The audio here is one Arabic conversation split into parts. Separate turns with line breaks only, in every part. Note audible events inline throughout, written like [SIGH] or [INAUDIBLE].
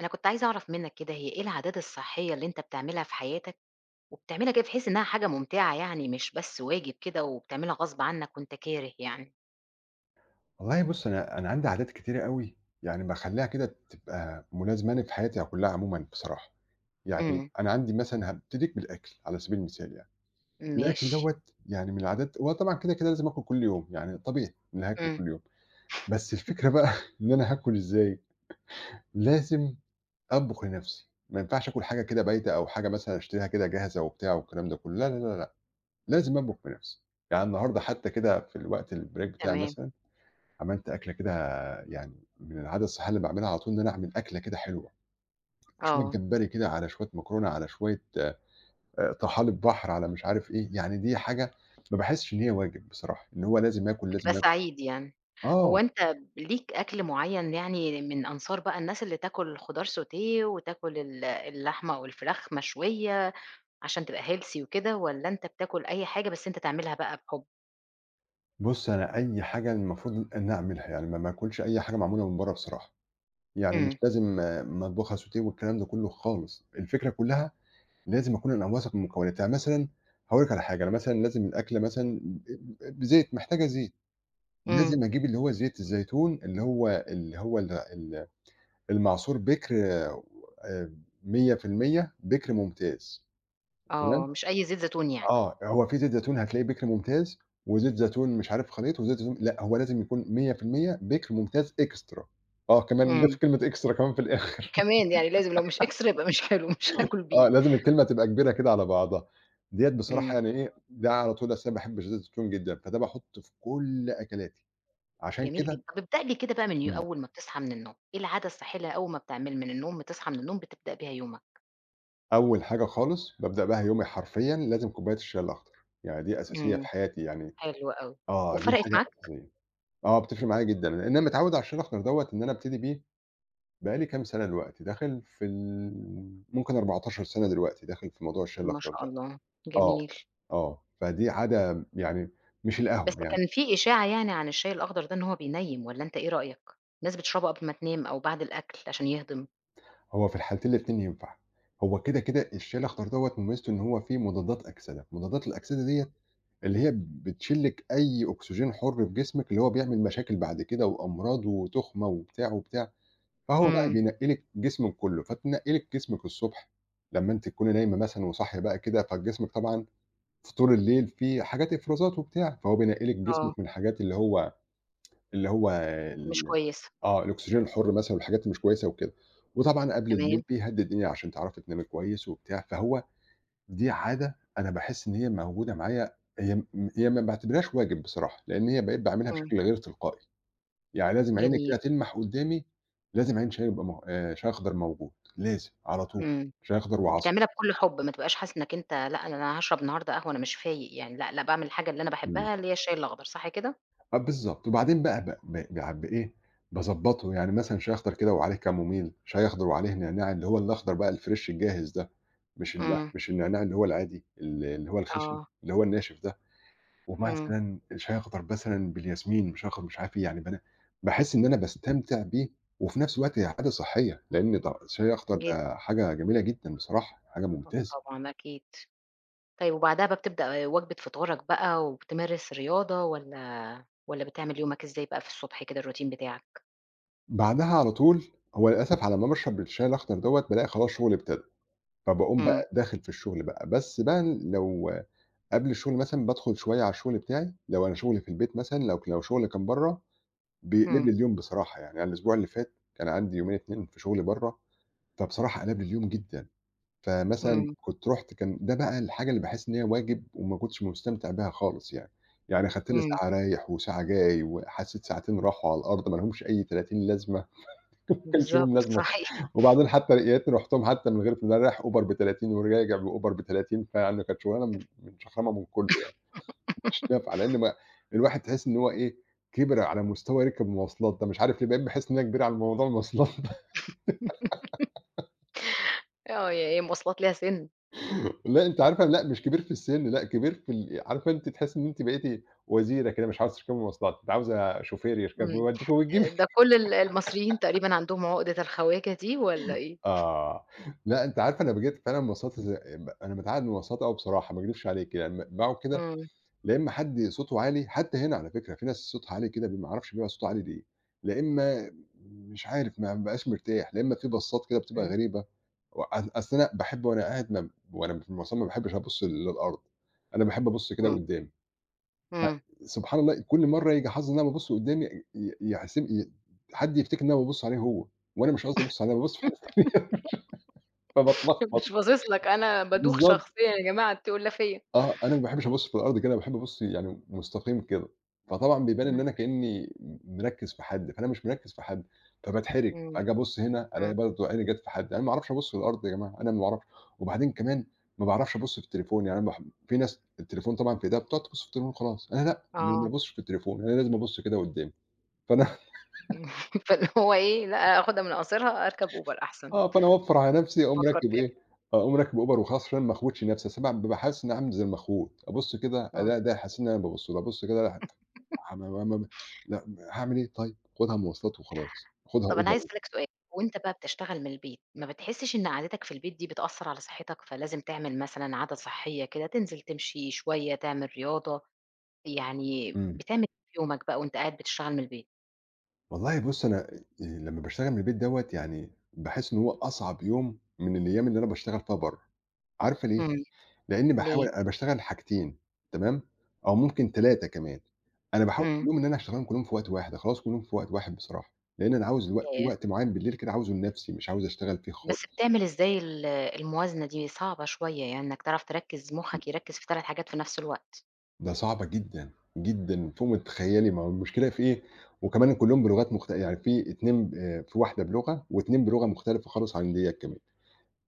أنا كنت عايزة أعرف منّك كده هي إيه العادات الصحية اللي أنت بتعملها في حياتك، وبتعملها كده بحيث إنها حاجة ممتعة يعني مش بس واجب كده وبتعملها غصب عنك وأنت كاره يعني؟
والله بُص، أنا عندي عادات كتيرة أوي، يعني باخلّيها كده تبقى ملازماني في حياتي كلّها عمومًا بصراحة، يعني
إمم.
أنا عندي مثلًا هابتديك بالأكل على سبيل المثال يعني، الأكل
ماشي.
دوّة يعني من العادات هو طبعًا كده لازم آكل كل يوم، يعني طبيعي إني هاكل
إمم.
كل يوم، بس الفكرة بقى [LAUGHS] إن أنا هاكل إزاي، لازم أطبخ لنفسي، ما ينفعش آكل حاجة كده بايتة أو حاجة مثلًا أشتريها كده جاهزة وبتاع والكلام ده كلّه، لا، لا، لا، لأ، لازم أطبخ بنفسي، يعني النهارده حتى كده في الوقت الbreak بتاعي
تمام.
مثلًا عملت أكلة كده يعني من العادة الصحية اللي باعملها على طول، إن أنا أعمل أكلة كده حلوة، شوية
آه.
جمبري كده، على شوية مكرونة، على شوية طحالب بحر، على مش عارف إيه، يعني دي حاجة ما باحسّش إن هي واجب بصراحة، إن هو لازم آكل،
بتبقى
لازم آكل.
سعيد يعني. هو
آه،
أنت ليك أكل معيّن يعني من أنصار بقى الناس اللي تاكل خضار سوتيه وتاكل اللحمة أو الفراخ مشوية عشان تبقى healthy وكده، والّا أنت بتاكل أي حاجة بس أنت تعملها بقى بحُب؟
بُص أنا أي حاجة المفروض إن أنا أعملها، يعني ما باكلش أي حاجة معمولة من برّه بصراحة، يعني مش
إمم.
لازم مطبخة sauté والكلام ده كله خالص، الفكرة كلّها لازم أكون أنا واثق من مكوناتها، يعني مثلًا هاقول لك على حاجة، أنا مثلًا لازم الأكلة مثلًا ب ب بزيت، محتاجة زيت،
إمم.
لازم أجيب اللي هو زيت الزيتون اللي هو اللي هو ال ال المعصور بِكر آآ 100% بِكر ممتاز،
آه،
تمام؟
مش أي زيت زيتون يعني.
آه، هو في زيت زيتون هتلاقيه بِكر ممتاز، وزيت زيتون مش عارف خليط، وزيت زيتون لأ، هو لازم يكون 100% بِكر ممتاز إكسترا، آه كمان نضيف
إمم.
كلمة إكسترا كمان في الآخر.
كمان يعني لازم لو مش إكسترا يبقى مش حلو، مش
[LAUGHS]
هاكل بيه.
آه، لازم الكلمة تبقى كبيرة كده على بعضها، ديّة بصراحة
إمم.
يعني إيه، ده على طول أصل أنا باحب زيت الزيتون جدًا، فده باحطه في كل أكلاتي، عشان
جميل
كده.
جدًا. طب ابدأ لي كده بقى من ي
إمم.
أول ما بتصحى من النوم، إيه العادة الصحية أول ما بتعمل من النوم بتصحى من النوم بتبدأ بيها يومك؟
أول حاجة خالص بابدأ بيها يومي حرفيًا لازم كوباية الشاي الأخضر، يعني دي أساسية في
إمم.
حياتي يعني.
حلو أوي.
آه، دي
وفرقت
حاجة
معاك؟
أساسية. آه، بتفرق معايا جدًا، لإن أنا متعوّد على الشاي الأخضر دوّة إن أنا ابتدي بيه بقى لي كام سَنة دلوقتي، داخل في ال ممكن 14 سَنة دلوقتي داخل في موضوع الشاي
ما
الأخضر
شاء
ده.
الله،
آه،
جميل.
آه، فدي عادة يعني مش
بس
القهوة يعني،
كان في إشاعة يعني عن الشاي الأخضر ده إن هو بينيّم والّا أنت إيه رأيك؟ الناس بتشربه قبل ما تنام أو بعد الأكل عشان يهضم.
هو في الحالتين الاتنين ينفع. هو كده الشاي الأخضر دوّة مميزته إن هو فيه مضادات أكسدة، مضادات الأكسدة ديّة اللي هي بتشيل لِك أي أكسجين حُر في جسمِك، اللي هو بيعمل مشاكل بعد كده وأمراض وتُخمة وبتاع، فهو بقى
إمم.
بينقّي لِك جسمِك كُلّه، فتنقّي لِك جسمِك الصبح لمّا أنتِ تكوني نايمة مثلًا وصاحية بقى كده، فجسمِك طبعًا في طول الليل فيه حاجات إفرازات وبتاع، فهو بينقّي لِك
آه،
جسمِك من الحاجات اللي هو اللي هو
مش
ال
كويسة.
آه، الأكسجين الحُر مثلًا والحاجات اللي مش كويسة وكده، وطبعًا قبل الليل
تمام.
بيهدّي الدنيا عشان تعرفي تنامي كويس وبتاع، فهو دي عادة أنا باحس إن هي موجودة معايا هي ما باعتبرهاش واجب بصراحة، لإن هي بقيت باعملها
إمم.
بشكل غير تلقائي، يعني لازم عيني كده
جميل.
تلمح قدّامي، لازم عين شاي يبقى مه شاي أخضر موجود، لازم على طول،
إمم.
شاي أخضر وعصير،
بتعملها بكل حُب، ما تبقاش حاسس إنك أنت لأ، أنا هاشرب النهارده قهوة أنا مش فايق يعني، لأ، لأ، باعمل الحاجة اللي أنا
إمم،
باحبها اللي هي الشاي الأخضر، صح كده؟
آه بالضبط، وبعدين بقى ب ب ب بإيه، باضبّطه يعني مثلًا شاي أخضر كده وعليه كاموميل، شاي أخضر وعليه نعناع اللي هو الأخضر بقى الفريش الجاهز ده، مش ال
إمم.
مش النعناع اللي هو العادي اللي هو الخشن،
آه.
اللي هو الناشف ده.
إمم.
ومثلًا شاي أخضر مثلًا بالياسمين، مش آخد مش عارف إيه، يعني باحس إن أنا باستمتع بيه، وفي نفس الوقت هي عادة صحية، لإن شاي أخضر
جدًا،
ده حاجة جميلة جدًا بصراحة، حاجة ممتازة.
طبعًا أكيد. طيب وبعدها بقى بتبدأ وجبة فطارك بقى وبتمارس رياضة والّا بتعمل يومك إزاي بقى في الصبح كده الروتين بتاعك؟
بعدها على طول هو للأسف على ما باشرب الشاي الأخضر دوّة بالاقي خلاص شغلي ابتدى، فباقوم
إمم.
بقى داخل في الشغل بقى، بس بقى لو قبل الشغل مثلًا بادخل شوية على الشغل بتاعي، لو أنا شغلي في البيت مثلًا، لو شغلي كان برّه بيقلب
إمم.
لي اليوم بصراحة يعني، أنا الأسبوع اللي فات كان عندي يومين 2 في شغل برّه، فبصراحة قلب لي اليوم جدًا. فمثلًا
إمم.
كنت رُحت كان ده بقى الحاجة اللي باحس إن هي واجب وما كنتش مستمتع بيها خالص يعني، يعني أخدت لي
إمم.
ساعة رايح وساعة جاي وحسيت ساعتين راحوا على الأرض ما لهمش أي 30 لازمة، ما كانش ليهم
بالضبط
لازمة.
صحيح.
وبعدين حتى يا ريتني رُحتهم حتى من غير فلوس، أنا رايح أوبر ب30 وراجع بأوبر ب30، فيعني كانت شغلانة من شخامة من كُلّه يعني مش نافعة،
[LAUGHS]
لإن ما الواحد تحس إن هو إيه، كِبِر على مستوى ركب المواصلات ده، مش عارف ليه بقيت باحس إن أنا كبير على موضوع المواصلات.
آه، يا هي مواصلات ليها سِن؟
لأ، أنتِ عارفة لأ، مش كبير في السِن، لأ كبير في ال عارفة أنتِ تحسّي إن أنتِ بقيتِ وزيرة كده، مش عاوزة تركبي مواصلات، أنتِ عاوزة شوفير يركب
إمم.
ويوديكِ ويجيبِك.
ده
[LAUGHS]
كل المصريين تقريبًا عندهم عقدة الخواجة دي والّا إيه؟
آه، لأ أنتِ عارفة أنا باجي فعلًا مواصلات ز ب أنا متعقد من المواصلات أوي بصراحة، ما أكدبش عليكِ، يعني لمّا باقعد كده
إمم.
لا إمّا حد صوته عالي، حتى هنا على فكرة في ناس صوتها عالي كده ما أعرفش بيبقى صوته عالي ليه، لا إمّا مش عارف ما بابقاش مرتاح، لا إمّا في بصّات كده بتبقى
إمم.
غريبة، و أ أصل أنا باحب وأنا في المواصلات ما باحبش أبُص للأرض، أنا باحب أبُص كده
إمم.
قدّامي.
إمم.
سبحان الله كل مرّة ييجي حظي إن أنا بابُص قدّامي ي يحسب ي حد يفتكر إن أنا بابُص عليه هو، وأنا مش قصدي أبُص عليه، أنا بابُص في حتّة [LAUGHS]
[LAUGHS]
تانية فباتلخبط،
مش باصص لك، أنا بادوخ
بالضبط،
شخصيًا يا جماعة أنتم ولا فيّا.
آه، أنا ما باحبش أبُص في الأرض كده، باحب أبُص يعني مستقيم كده، فطبعًا بيبان إن
إمم.
أنا كإنّي مركّز في حد، فأنا مش مركّز في حد، فباتحرج،
إمم.
آجي أبُص هنا ألاقي
إمم.
برضه عيني جات في حد، أنا ما أعرفش أبُص في الأرض يا جماعة، أنا ما باعرفش، وبعدين كمان ما باعرفش أبُص في التليفون، يعني أنا باح في ناس التليفون طبعًا في إيديها بتقعد تبُص في التليفون وخلاص، أنا لأ، ما
آه.
بابُصش في التليفون، أنا لازم أبُص كده قدّامي، فأنا
[LAUGHS] فاللي هو إيه، لأ آخُدها من قاصرها، أركب Uber أحسن.
فأنا أوفّر على نَفْسي أقوم
فكّر
راكب
فيها
إيه،
كده.
آه، أقوم راكب أوبر وخلاص عشان ما أخوتش نَفْسي، أصل بابقى حاسس إنّي عامل زي المخوت، أبُص كده
إمم.
ألاقي ده حاسس إن أنا بابُص له، أبُص كده ألاقي م م م لأ هاعمل إيه طيب، خُدها مواصلات وخلاص، خُدها
طَب أنا
أوبر
عايزة
بس.
أسألك سؤال، وأنت بقى بتشتغل من البيت، ما بتحسّش إن قعدتك في البيت دي بتأثّر على صحّتك، فلازم تعمل مثلًا عادة صحّية كده، تنزل تمشي شوية، تعمل رياضة، يعني
إمم.
بتعمل إيه في يومك بقى وأنت قاعد بتشتغل من البيت؟
والله بُص أنا لمّا باشتغل من البيت دوّة يعني باحس إن هو أصعب يوم من الأيام اللي أنا باشتغل فيها برّه، عارفة ليه؟
إمم.
لإني باحاول
ليه؟
أنا باشتغل حاجتين تمام، أو ممكن 3 كمان، أنا باحاول
إمم.
كلّهم إن أنا أشتغلهم كلّهم في وقت واحد، أخلّصهم كلّهم في وقت واحد بصراحة، لإن أنا عاوز في
ياه!
وقت معيّن بالليل كده عاوزه لنَفْسي، مش عاوز أشتغل فيه
بس
خالص،
بتعمل إزاي الموازنة دي؟ صعبة شوية يعني إنك تعرف تركّز مُخّك يركّز في 3 حاجات في نفس الوقت.
ده صعبة جدًا، جدًا فوق ما تتخيّلي، ما هو المشكلة في إيه، وكمان كلّهم بلغات يعني في 2 ب آه، في واحدة بلغة و2 بلغة مختلفة خالص عن ديّة كمان،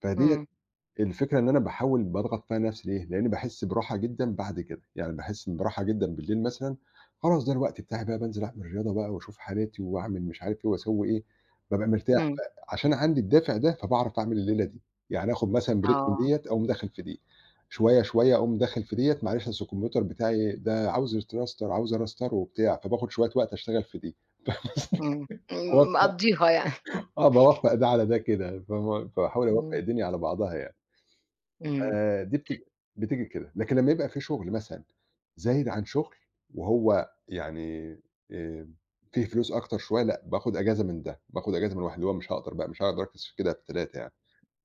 فديّة
إمم.
الفكرة إن أنا باحاول باضغط فيها نفسي ليه، لإني باحس براحة جدًا بعد كده، يعني باحس براحة جدًا بالليل مثلًا، خلاص ده الوقت بتاعي بقى بانزل أعمل رياضة بقى واشوف حالاتي واعمل مش عارف إيه واسوي إيه، بابقى مرتاح
إمم.
بقى عشان عندي الدافع ده فباعرف أعمل الليلة دي، يعني آخد مثلًا break من
آه.
ديّة أقوم داخل في دي، شوية أقوم داخل في ديّة معلش أصل الكمبيوتر بتاعي ده عاوز Cluster عاوز أراستره وبتاع، فباخد شوية وقت أشتغل في دي،
إمم.
[LAUGHS]
م
باوفّق
مقضّيها يعني. [LAUGHS]
آه باوفّق ده على ده كده، فاهمة، فباحاول أوفّق
إمم.
الدنيا على بعضها يعني.
إمم.
فدي بتيجي كده، لكن لمّا يبقى في شغل مثلًا زايد عن شغل وهو يعني آآ، فيه فلوس أكتر شوية، لأ باخد أجازة من ده، باخد أجازة من واحد، اللي هو مش هاقدر بقى مش هاقدر أركّز في 3 يعني،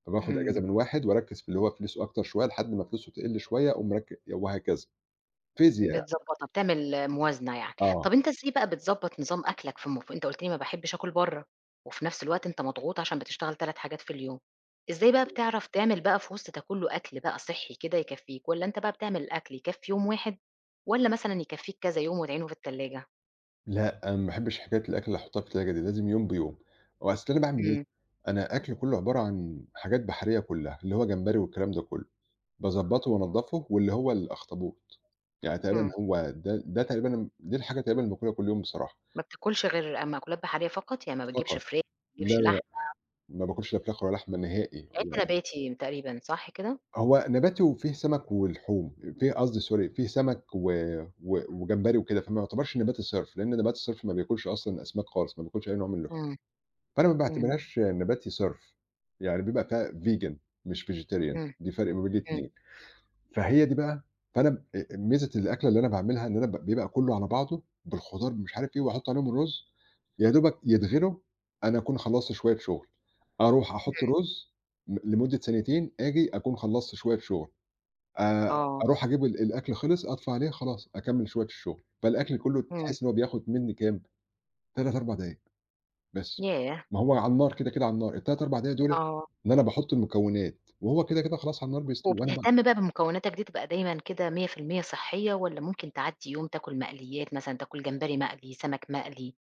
فباخد أجازة
إمم.
من واحد وأركّز في اللي هو فلوسه أكتر شوية لحد ما فلوسه تقل شوية أقوم وهكذا، فيزيا يعني،
بتضبّطها، بتعمل موازنة يعني.
آه،
طَب أنت إزاي بقى بتضبّط نظام أكلك في مف أنت قُلت لي ما باحبش آكل برّه، وفي نفس الوقت أنت مضغوط عشان بتشتغل 3 حاجات في اليوم. إزاي بقى بتعرف تعمل بقى في وسط ده كُلّه أكل بقى صحّي كده يكفّيك والّا أنت بقى بتعمل الأكل يكفّي يوم واحد والّا مثلًا يكفّيك كذا يوم وتعينه في التلاجة؟
لأ أنا ما باحبش حكاية الأكل اللي أحطها في التلاجة دي، لازم يوم بيوم، وأصل أنا باعمل إيه،
إمم.
أنا أكلي كله عبارة عن حاجات بحرية كلها، اللي هو جمبري والكلام ده كله. باضبّطه وانضّفه واللي هو الأخطبوط، يعني تقريبًا
إمم.
هو ده تقريبًا دي الحاجة تقريبًا اللي باكلها كل يوم بصراحة،
ما بتاكلش غير مأكولات بحرية فقط؟ يعني ما بتجيبش
فقط.
فراخ، ما
لا،
بتجيبش
لا،
لحم،
ما باكلش لا فراخ ولا لحمة نهائي،
يعني أنت
هو
نباتي تقريبًا صح كده؟
هو نباتي وفيه سمك ولحوم، فيه قصدي sorry فيه سمك و و وجمبري وكده، فما يعتبرش نباتي صِرف، لإن نباتي الصِرف ما بياكلش أصلًا أسماك خالص، ما بياكلش أي نوع من اللحوم،
إمم.
فأنا ما
إمم.
باعتبرهاش نباتي صِرف، يعني بيبقى فيها vegan مش vegetarian،
إمم.
دي فرق ما بين
إمم.
الاتنين. فهي دي بقى. فأنا ب ميزة الأكلة اللي أنا باعملها إن أنا بيبقى كُلّه على بعضه بالخضار بمش عارف إيه وأحُط عليهم الرُز، يا دوبك يتغِلوا أنا أكون خلّصت شوية شُغل، أروح أحُط رُز لمدة ثانيتين آجي أكون خلّصت شوية شُغل،
آه.
أروح أجيب الأكل، خلِص أطفي عليه خلاص أكمّل شوية الشُغل، فالأكل كُلّه
إمم.
تحس إن هو بياخُد منّي كام، 3، 4 دقايق بس،
ياه!
ما هو على النار كده، كده على النار، ال3، 4 دقايق دُولة
آه،
إن أنا باحُط المكونات وهو كده، كده خلاص على النار بيستوي وأنا ب
وبتهتم بقى بمكوناتك دي تبقى دايمًا كده 100% صحية، والّا ممكن تعدّي يوم تاكل مقليات مثلًا، تاكل جمبري مقلي، سمك مقلي؟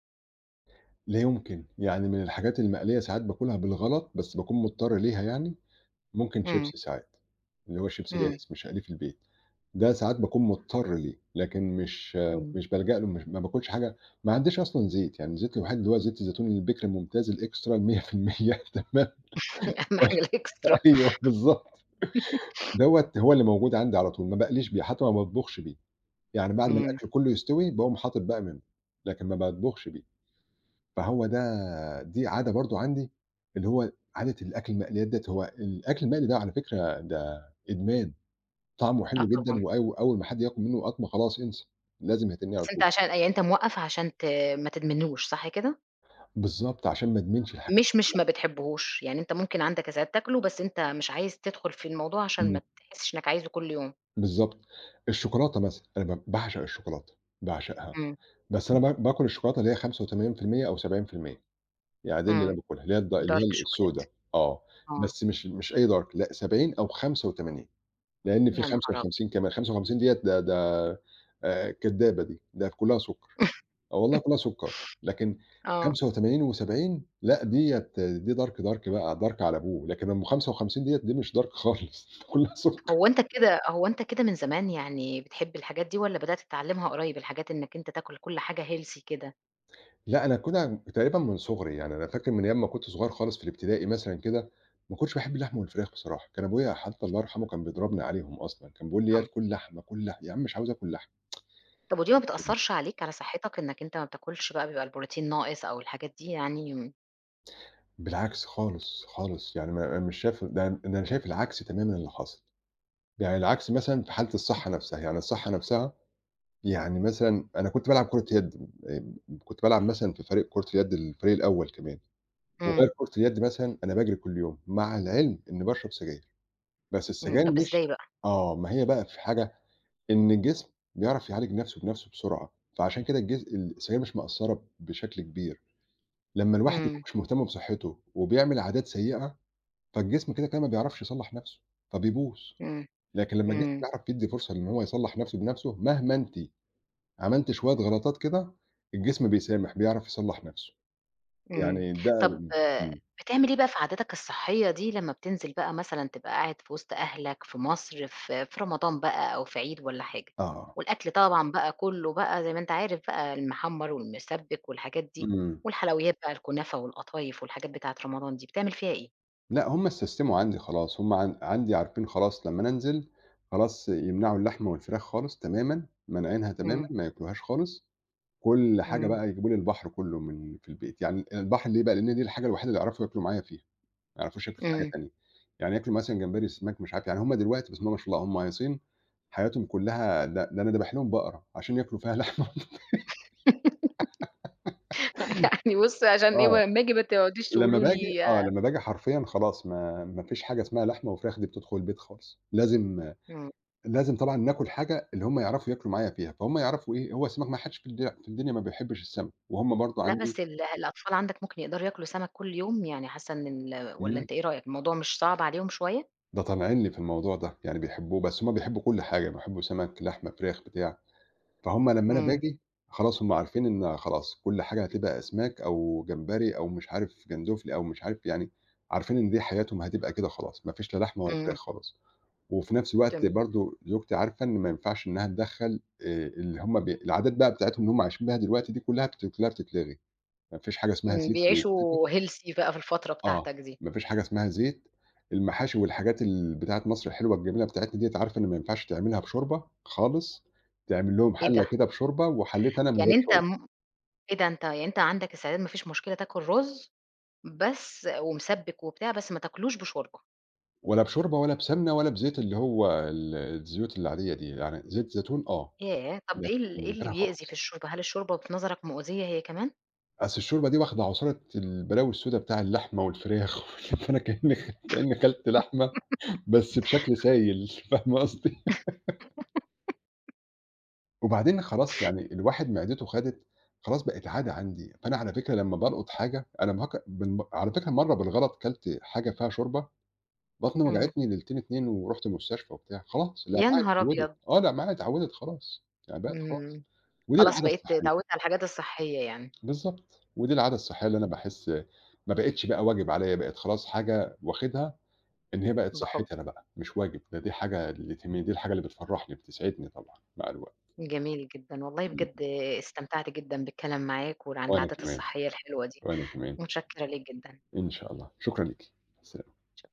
لا يمكن، يعني من الحاجات المقلية ساعات باكلها بالغلط، بس باكون مضطر ليها يعني، ممكن
إمم.
شيبسي ساعات، اللي هو شيبسي
إمم.
جاهز مش هاقليه في البيت، ده ساعات باكون مضطر ليه، لكن مش
إمم.
مش بالجأ له، مش ما باكلش حاجة. ما عنديش أصلًا زيت، يعني الزيت الوحيد اللي هو زيت الزيتون البكر الممتاز الإكسترا ال100% [LAUGHS] تمام،
[LAUGHS] أهم حاجة الextra.
أيوه بالضبط، دوّة هو اللي موجود عندي على طول، ما باقليش بيه، حتى ما باطبخش بيه، يعني بعد ما
إمم.
الأكل كله يستوي باقوم حاطط بقى منه، لكن ما باطبخش بيه. فهو ده دي عادة برضه عندي، اللي هو عادة الأكل المقليات ديّة، هو الأكل المقلي ده على فكرة ده إدمان، طعمه حلو
آه
جدًا
طبعًا.
أول ما حد ياكل منه قطمة خلاص انسى، لازم يهتنيه على
بس أنت
طول.
عشان يعني أنت موقّف عشان ما تدمنوش صح كده؟
بالضبط، عشان ما أدمنش الحاجة.
مش ما بتحبّهوش، يعني أنت ممكن عندك ساعات تاكله، بس أنت مش عايز تدخل في الموضوع عشان
إمم،
ما تحسّش إنّك عايزه كل يوم.
بالضبط. الشوكولاتة مثلًا، أنا باعشق الشوكولاتة، باعشقها،
إمم.
بس أنا باكل الشوكولاتة اللي هي 85% أو 70%، يعني دي اللي
إمم.
أنا باكلها، اللي هي اللي
dark
هي السودا.
chocolate.
آه،
آه.
بس مش أي دارك، لأ 70 أو 85. لإن في
يا نهار أبيض!
55 كمان، 55 ديّة ده ده كدابة دي، ده كلّها سُكّر، آه والله كلّها
[LAUGHS]
سُكّر، لكن
آه.
85 و70 لأ ديّة دي dark dark بقى dark على أبوه، لكن أم 55 ديّة دي مش dark خالص، [LAUGHS] كلّها سُكّر.
هو أنت كده من زمان يعني بتحب الحاجات دي والّا بدأت تتعلّمها قريب الحاجات إنّك أنت تاكل كل حاجة healthy كده؟
لأ أنا كده تقريبا من صُغري، يعني أنا فاكر من أيام ما كنت صغيّر خالص في الابتدائي مثلًا كده، ما كنتش باحب اللحمة والفراخ بصراحة، كان أبويا حتى الله يرحمه كان بيضربني عليهم أصلًا، كان بيقول لي: "يا
آه.
كُل لحمة، كُل لحمة." يا عم مش عاوز آكل لحمة.
طَب ودي ما بتأثّرش عليك على صحّتك إنّك أنت ما بتاكلش بقى بيبقى البروتين ناقص أو الحاجات دي يعني؟
بالعكس خالص، خالص، يعني ما مش شايف ده ده أنا شايف العكس تمامًا اللي حصل، يعني العكس مثلًا في حالة الصحّة نفسها، يعني الصحّة نفسها. يعني مثلًا أنا كنت بالعب كرة يد، آآ كنت بالعب مثلًا في فريق كرة اليد الفريق الأول كمان، وغير
إمم.
كرة اليد مثلًا أنا باجري كل يوم، مع العلم إني باشرب سجاير، بس
إمم.
السجاير
طَب
مش
إزاي بقى؟
آه، ما هي بقى في حاجة إن الجسم بيعرف يعالج نفسه بنفسه بسرعة، فعشان كده السجاير مش مأثّرة بشكل كبير، لمّا الواحد يكون
إمم.
مش مهتم بصحّته وبيعمل عادات سيئة فالجسم كده كده ما بيعرفش يصلّح نَفْسه، فبيبوظ.
إمم.
لكن لمّا الجسم
إمم.
بيعرف يدّي فرصة إن هو يصلّح نَفْسه بنَفْسه، مهما أنتِ عملتِ شوية غلطات كده، الجسم بيسامح، بيعرف يصلّح نَفْسه.
إمم.
يعني ده
طَب
ال
آه،
إمم.
بتعمل إيه بقى في عاداتك الصحية دي لمّا بتنزل بقى مثلًا تبقى قاعد في وسط أهلك في مصر في رمضان بقى أو في عيد والّا حاجة؟
آه.
والأكل طبعًا بقى كُلّه بقى زي ما أنت عارف بقى المحمّر والمسبِّك والحاجات دي،
إمم.
والحلويات بقى الكنافة والقطايف والحاجات بتاعة رمضان دي، بتعمل فيها إيه؟
لأ هم استسلموا عندي خلاص، هم عندي عارفين خلاص لمّا أنا أنزل، خلاص يمنعوا اللحمة والفراخ خالص تمامًا، مانعينها تمامًا،
إمم.
ما ياكلوهاش خالص. كل حاجة
إمم.
بقى يجيبوا لي البحر كُلّه من في البيت. يعني البحر ليه بقى؟ لإن دي الحاجة الوحيدة اللي يعرفوا ياكلوا معايا فيها. ما يعرفوش ياكلوا في حاجة
إمم.
تانية، يعني ياكلوا مثلًا جمبري، سمك، مش عارف يعني هُم دلوقتي بسم الله ما شاء الله هُم هايصين حياتهم كلّها ده ده أنا ذابح لهم بقرة عشان ياكلوا فيها لحمة. [LAUGHS]
[LAUGHS] يعني بُص عشان إيه
آه،
لمّا آجي ما تقعديش تقولوا لي.
لمّا باجي حرفيًا خلاص ما فيش حاجة اسمها لحمة وفراخ دي بتدخل البيت خالص، لازم
إمم.
لازم طبعًا ناكل حاجة اللي هُم يعرفوا ياكلوا معايا فيها، فهُم يعرفوا إيه، هو السمك ما حدش في الدنيا ما بيحبش السمك، وهُم برضه
لأ
عندي
بس الأطفال عندك ممكن يقدروا ياكلوا سَمَك كل يوم؟ يعني حاسة إن والّا
إمم،
أنت إيه رأيك الموضوع مش صعب عليهم شوية؟
ده طالعين لي في الموضوع ده، يعني بيحبوه بس هُم بيحبوا كل حاجة، بيحبوا سمك، لحمة، فراخ، بتاع. فهُم لمّا أنا
إمم.
باجي خلاص هُم عارفين إن خلاص كل حاجة هتبقى أسماك أو جمبري أو مش عارف جندوفلي أو مش عارف يعني عارفين إن دي حياتهم هتبقى كده خلاص، ما فيش لا لحمة ولا فراخ
إمم.
خالص. وفي نفس الوقت
تمام.
برضه زوجتي عارفة إن ما ينفعش إنّها تدخّل اللي هُم العادات بقى بتاعتهم اللي هُم عايشين بيها دلوقتي دي كلّها كلّها بتتلغي، ما فيش حاجة اسمها
إمم.
زيت.
بيعيشوا healthy بقى في الفترة
آه،
بتاعتك دي.
ما فيش حاجة اسمها زيت، المحاشي والحاجات ال بتاعة مصر الحلوة الجميلة بتاعتنا ديّة عارفة إن ما ينفعش تعملها بشوربة خالص، تعمل لهم
إيه
حلة
ده!
كده بشوربة، وحليت أنا من غير
يعني أنت
شوربة،
م إيه ده، أنت يعني أنت عندك استعداد ما فيش مشكلة تاكل رز بس ومسبِّك وبتاع، بس ما تاكلوش بشوربة؟
ولا بشوربة ولا بسمنة ولا بزيت اللي هو ال الزيوت العادية دي، يعني زيت زيتون آه،
ياه! طَب
لكن
إيه
من
اللي
غيرها
بيأذي في
خلاص،
الشوربة، هل الشوربة في نظرك مؤذية هي كمان؟
أصل الشوربة دي واخدة عصارة البلاوي السودا بتاع اللحمة والفراخ، [LAUGHS] فأنا كأني كلت لحمة بس بشكل سايل، فاهمة قصدي؟ وبعدين خلاص يعني الواحد معدته خدِت، خلاص بقت عادة عندي، فأنا على فكرة لمّا بالقُط حاجة أنا باك بالم على فكرة مرّة بالغلط كلت حاجة فيها شوربة، بطني
إمم.
وجعتني ليلتين 2 ورُحت المستشفى وبتاع، خلاص
يا
الأمعاء
نهار
اتعوّدت،
أبيض!
آه الأمعاء اتعوّدت خلاص، يعني بقت خلاص،
إمم.
ودي
خلاص
العادة
بقيت
الصحية،
اتعودت على الحاجات الصحية يعني.
بالضبط، ودي العادة الصحية اللي أنا باحس ما بقتش بقى واجب عليّا، بقت خلاص حاجة واخدها إن هي بقت
بحُب.
صحّتي أنا بقى، مش واجب، دي حاجة اللي تهمني، دي الحاجة اللي بتفرّحني، بتسعدني طبعًا مع الوقت،
جميل جدًا، والله
إمم،
بجد استمتعت جدًا بالكلام معاك وعن
وأنا
العادات
كمان،
الصحية الحلوة دي.
وأنا كمان.
متشكرة ليك جدًا.
إن شاء الله، شكرًا ليكِ. السلا